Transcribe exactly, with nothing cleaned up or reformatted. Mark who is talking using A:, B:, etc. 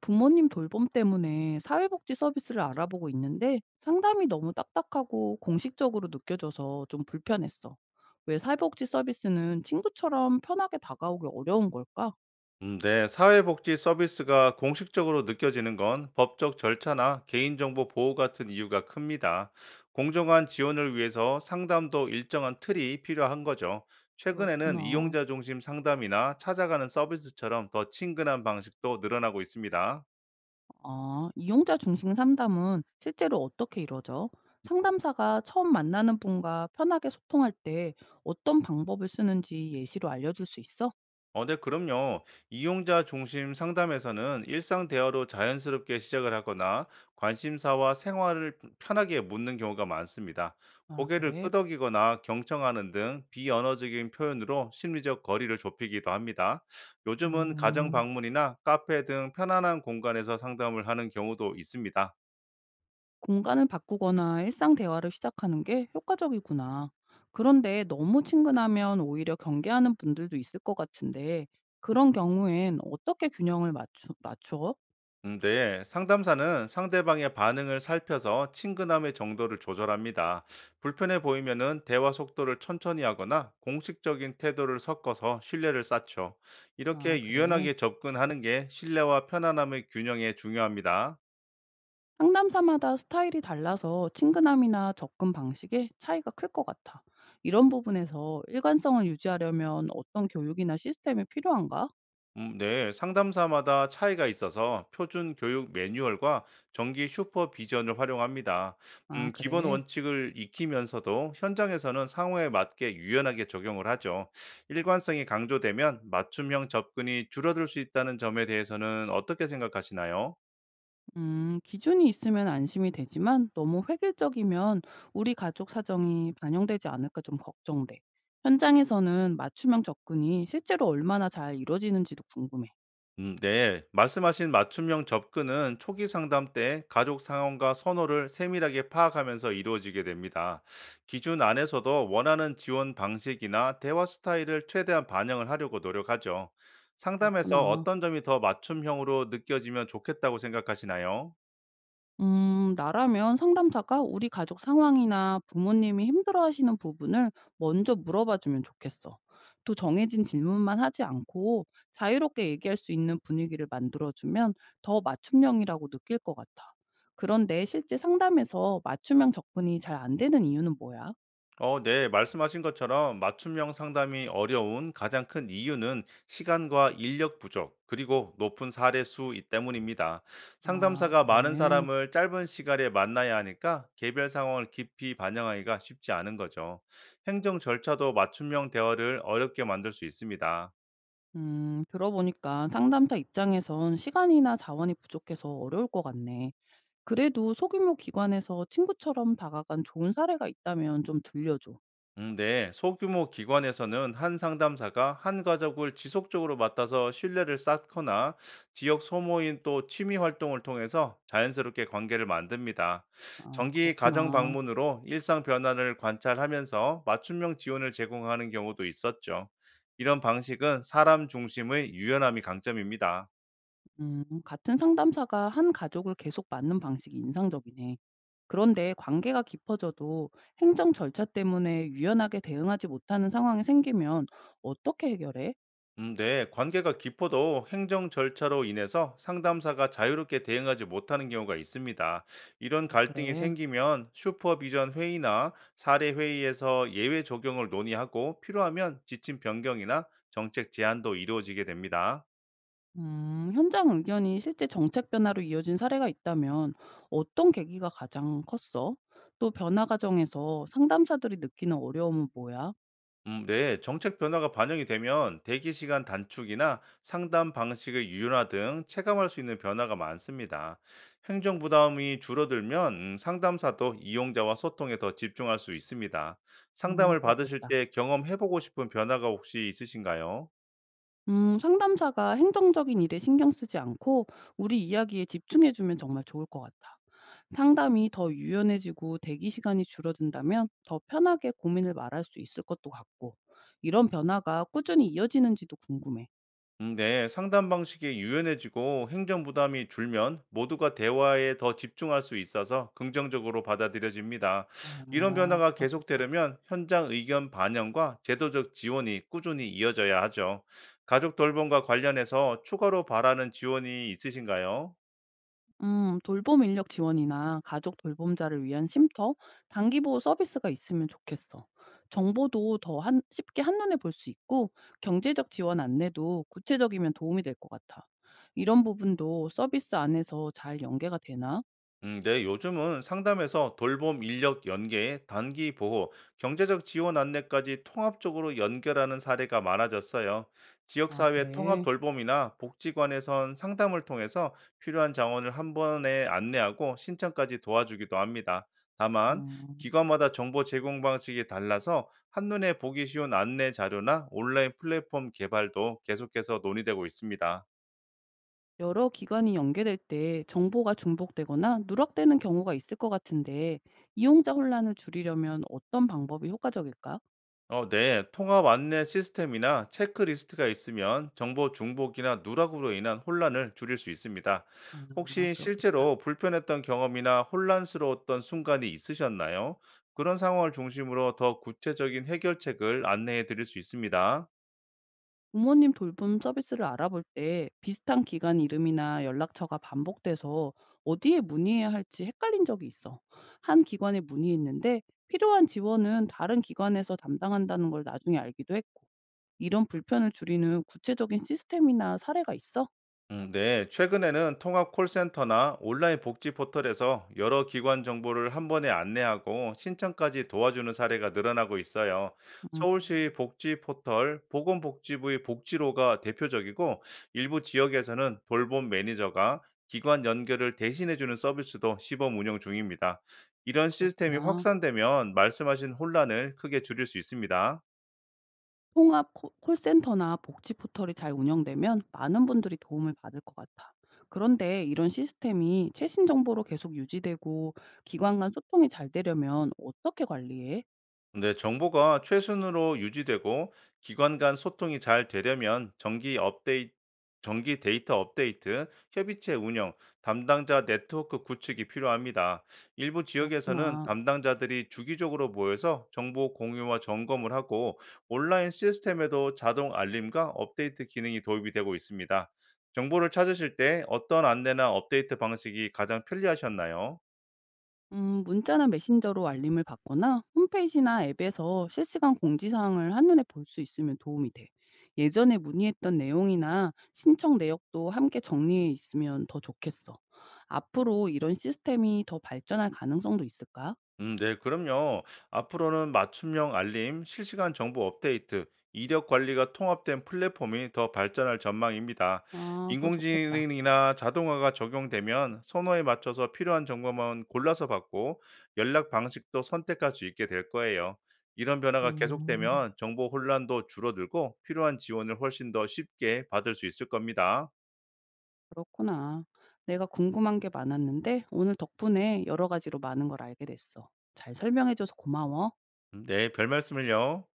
A: 부모님 돌봄 때문에 사회복지 서비스를 알아보고 있는데 상담이 너무 딱딱하고 공식적으로 느껴져서 좀 불편했어. 왜 사회복지 서비스는 친구처럼 편하게 다가오기 어려운 걸까?
B: 음, 네, 사회복지 서비스가 공식적으로 느껴지는 건 법적 절차나 개인정보 보호 같은 이유가 큽니다. 공정한 지원을 위해서 상담도 일정한 틀이 필요한 거죠. 최근에는
A: 그렇구나.
B: 이용자 중심 상담이나 찾아가는 서비스처럼 더 친근한 방식도 늘어나고 있습니다.
A: 아, 이용자 중심 상담은 실제로 어떻게 이루어져? 상담사가 처음 만나는 분과 편하게 소통할 때 어떤 방법을 쓰는지 예시로 알려줄 수 있어?
B: 어, 네, 그럼요. 이용자 중심 상담에서는 일상 대화로 자연스럽게 시작을 하거나 관심사와 생활을 편하게 묻는 경우가 많습니다.
A: 아,
B: 고개를
A: 그래?
B: 끄덕이거나 경청하는 등 비언어적인 표현으로 심리적 거리를 좁히기도 합니다. 요즘은 가정
A: 음.
B: 방문이나 카페 등 편안한 공간에서 상담을 하는 경우도 있습니다.
A: 공간을 바꾸거나 일상 대화를 시작하는 게 효과적이구나. 그런데 너무 친근하면 오히려 경계하는 분들도 있을 것 같은데, 그런 경우엔 어떻게 균형을 맞추, 맞춰?
B: 음, 네, 상담사는 상대방의 반응을 살펴서 친근함의 정도를 조절합니다. 불편해 보이면은 대화 속도를 천천히 하거나 공식적인 태도를 섞어서 신뢰를 쌓죠.
A: 아,
B: 이렇게
A: 그래.
B: 유연하게 접근하는 게 신뢰와 편안함의 균형에 중요합니다.
A: 상담사마다 스타일이 달라서 친근함이나 접근 방식에 차이가 클 것 같아. 이런 부분에서 일관성을 유지하려면 어떤 교육이나 시스템이 필요한가?
B: 음, 네, 상담사마다 차이가 있어서 표준 교육 매뉴얼과 정기 슈퍼비전을 활용합니다.
A: 아,
B: 음, 기본
A: 그래.
B: 원칙을 익히면서도 현장에서는 상황에 맞게 유연하게 적용을 하죠. 일관성이 강조되면 맞춤형 접근이 줄어들 수 있다는 점에 대해서는 어떻게 생각하시나요?
A: 음, 기준이 있으면 안심이 되지만 너무 획일적이면 우리 가족 사정이 반영되지 않을까 좀 걱정돼. 현장에서는 맞춤형 접근이 실제로 얼마나 잘 이루어지는지도 궁금해.
B: 음, 네. 말씀하신 맞춤형 접근은 초기 상담 때 가족 상황과 선호를 세밀하게 파악하면서 이루어지게 됩니다. 기준 안에서도 원하는 지원 방식이나 대화 스타일을 최대한 반영을 하려고 노력하죠. 상담에서
A: 그렇구나.
B: 어떤 점이 더 맞춤형으로 느껴지면 좋겠다고 생각하시나요?
A: 음, 나라면 상담사가 우리 가족 상황이나 부모님이 힘들어하시는 부분을 먼저 물어봐 주면 좋겠어. 또 정해진 질문만 하지 않고 자유롭게 얘기할 수 있는 분위기를 만들어주면 더 맞춤형이라고 느낄 것 같아. 그런데 실제 상담에서 맞춤형 접근이 잘 안 되는 이유는 뭐야?
B: 어, 네. 말씀하신 것처럼 맞춤형 상담이 어려운 가장 큰 이유는 시간과 인력 부족, 그리고 높은 사례 수 때문입니다.
A: 아,
B: 상담사가 많은
A: 그래.
B: 사람을 짧은 시간에 만나야 하니까 개별 상황을 깊이 반영하기가 쉽지 않은 거죠. 행정 절차도 맞춤형 대화를 어렵게 만들 수 있습니다.
A: 음, 들어보니까 상담사 입장에선 시간이나 자원이 부족해서 어려울 것 같네. 그래도 소규모 기관에서 친구처럼 다가간 좋은 사례가 있다면 좀 들려줘.
B: 음, 네. 소규모 기관에서는 한 상담사가 한 가족을 지속적으로 맡아서 신뢰를 쌓거나 지역 소모인 또 취미 활동을 통해서 자연스럽게 관계를 만듭니다.
A: 아,
B: 정기 가정
A: 그렇구나.
B: 방문으로 일상 변화를 관찰하면서 맞춤형 지원을 제공하는 경우도 있었죠. 이런 방식은 사람 중심의 유연함이 강점입니다.
A: 음, 같은 상담사가 한 가족을 계속 맞는 방식이 인상적이네. 그런데 관계가 깊어져도 행정 절차 때문에 유연하게 대응하지 못하는 상황이 생기면 어떻게 해결해?
B: 음, 네, 관계가 깊어도 행정 절차로 인해서 상담사가 자유롭게 대응하지 못하는 경우가 있습니다. 이런
A: 아,
B: 갈등이
A: 그래.
B: 생기면 슈퍼비전 회의나 사례 회의에서 예외 적용을 논의하고 필요하면 지침 변경이나 정책 제안도 이루어지게 됩니다.
A: 음, 현장 의견이 실제 정책 변화로 이어진 사례가 있다면 어떤 계기가 가장 컸어? 또 변화 과정에서 상담사들이 느끼는 어려움은 뭐야?
B: 음, 네. 정책 변화가 반영이 되면 대기 시간 단축이나 상담 방식의 유연화 등 체감할 수 있는 변화가 많습니다. 행정 부담이 줄어들면 음, 상담사도 이용자와 소통에 더 집중할 수 있습니다.
A: 음,
B: 상담을 받으실
A: 그렇겠다.
B: 때 경험해보고 싶은 변화가 혹시 있으신가요?
A: 음, 상담사가 행정적인 일에 신경 쓰지 않고 우리 이야기에 집중해주면 정말 좋을 것 같아. 상담이 더 유연해지고 대기 시간이 줄어든다면 더 편하게 고민을 말할 수 있을 것도 같고, 이런 변화가 꾸준히 이어지는지도 궁금해.
B: 음, 네, 상담 방식이 유연해지고 행정 부담이 줄면 모두가 대화에 더 집중할 수 있어서 긍정적으로 받아들여집니다. 이런
A: 아,
B: 변화가
A: 그렇겠다.
B: 계속되려면 현장 의견 반영과 제도적 지원이 꾸준히 이어져야 하죠. 가족 돌봄과 관련해서 추가로 바라는 지원이 있으신가요?
A: 음, 돌봄 인력 지원이나 가족 돌봄자를 위한 쉼터, 단기 보호 서비스가 있으면 좋겠어. 정보도 더 한, 쉽게 한눈에 볼 수 있고, 경제적 지원 안내도 구체적이면 도움이 될 것 같아. 이런 부분도 서비스 안에서 잘 연계가 되나?
B: 음, 네, 요즘은 상담에서 돌봄 인력 연계, 단기 보호, 경제적 지원 안내까지 통합적으로 연결하는 사례가 많아졌어요.
A: 아,
B: 지역사회 통합
A: 그래.
B: 돌봄이나 복지관에선 상담을 통해서 필요한 자원을 한 번에 안내하고 신청까지 도와주기도 합니다. 다만,
A: 음.
B: 기관마다 정보 제공 방식이 달라서 한눈에 보기 쉬운 안내 자료나 온라인 플랫폼 개발도 계속해서 논의되고 있습니다.
A: 여러 기관이 연계될 때 정보가 중복되거나 누락되는 경우가 있을 것 같은데, 이용자 혼란을 줄이려면 어떤 방법이 효과적일까?
B: 어, 네. 통합 안내 시스템이나 체크리스트가 있으면 정보 중복이나 누락으로 인한 혼란을 줄일 수 있습니다.
A: 아,
B: 혹시
A: 그렇겠다.
B: 실제로 불편했던 경험이나 혼란스러웠던 순간이 있으셨나요? 그런 상황을 중심으로 더 구체적인 해결책을 안내해 드릴 수 있습니다.
A: 부모님 돌봄 서비스를 알아볼 때 비슷한 기관 이름이나 연락처가 반복돼서 어디에 문의해야 할지 헷갈린 적이 있어. 한 기관에 문의했는데 필요한 지원은 다른 기관에서 담당한다는 걸 나중에 알기도 했고, 이런 불편을 줄이는 구체적인 시스템이나 사례가 있어?
B: 음, 네, 최근에는 통합 콜센터나 온라인 복지 포털에서 여러 기관 정보를 한 번에 안내하고 신청까지 도와주는 사례가 늘어나고 있어요. 서울시
A: 음,
B: 복지 포털 보건복지부의 복지로가 대표적이고 일부 지역에서는 돌봄 매니저가 기관 연결을 대신해주는 서비스도 시범 운영 중입니다. 이런 시스템이
A: 그렇구나.
B: 확산되면 말씀하신 혼란을 크게 줄일 수 있습니다.
A: 통합 콜 콜센터나 복지 포털이 잘 운영되면 많은 분들이 도움을 받을 것 같아. 그런데 이런 시스템이 최신 정보로 계속 유지되고 기관 간 소통이 잘 되려면 어떻게 관리해?
B: 네, 정보가 최순으로 유지되고 기관 간 소통이 잘 되려면 정기 업데이트, 정기 데이터 업데이트, 협의체 운영, 담당자 네트워크 구축이 필요합니다. 일부 지역에서는
A: 그렇구나.
B: 담당자들이 주기적으로 모여서 정보 공유와 점검을 하고 온라인 시스템에도 자동 알림과 업데이트 기능이 도입이 되고 있습니다. 정보를 찾으실 때 어떤 안내나 업데이트 방식이 가장 편리하셨나요?
A: 음, 문자나 메신저로 알림을 받거나 홈페이지나 앱에서 실시간 공지사항을 한눈에 볼 수 있으면 도움이 돼. 예전에 문의했던 내용이나 신청 내역도 함께 정리해 있으면 더 좋겠어. 앞으로 이런 시스템이 더 발전할 가능성도 있을까?
B: 음, 네, 그럼요. 앞으로는 맞춤형 알림, 실시간 정보 업데이트, 이력 관리가 통합된 플랫폼이 더 발전할 전망입니다.
A: 아, 그거 좋겠다.
B: 인공지능이나 자동화가 적용되면 선호에 맞춰서 필요한 정보만 골라서 받고 연락 방식도 선택할 수 있게 될 거예요. 이런 변화가
A: 음,
B: 계속되면 정보 혼란도 줄어들고 필요한 지원을 훨씬 더 쉽게 받을 수 있을 겁니다.
A: 그렇구나. 내가 궁금한 게 많았는데 오늘 덕분에 여러 가지로 많은 걸 알게 됐어. 잘 설명해 줘서 고마워.
B: 음, 네, 별 말씀을요.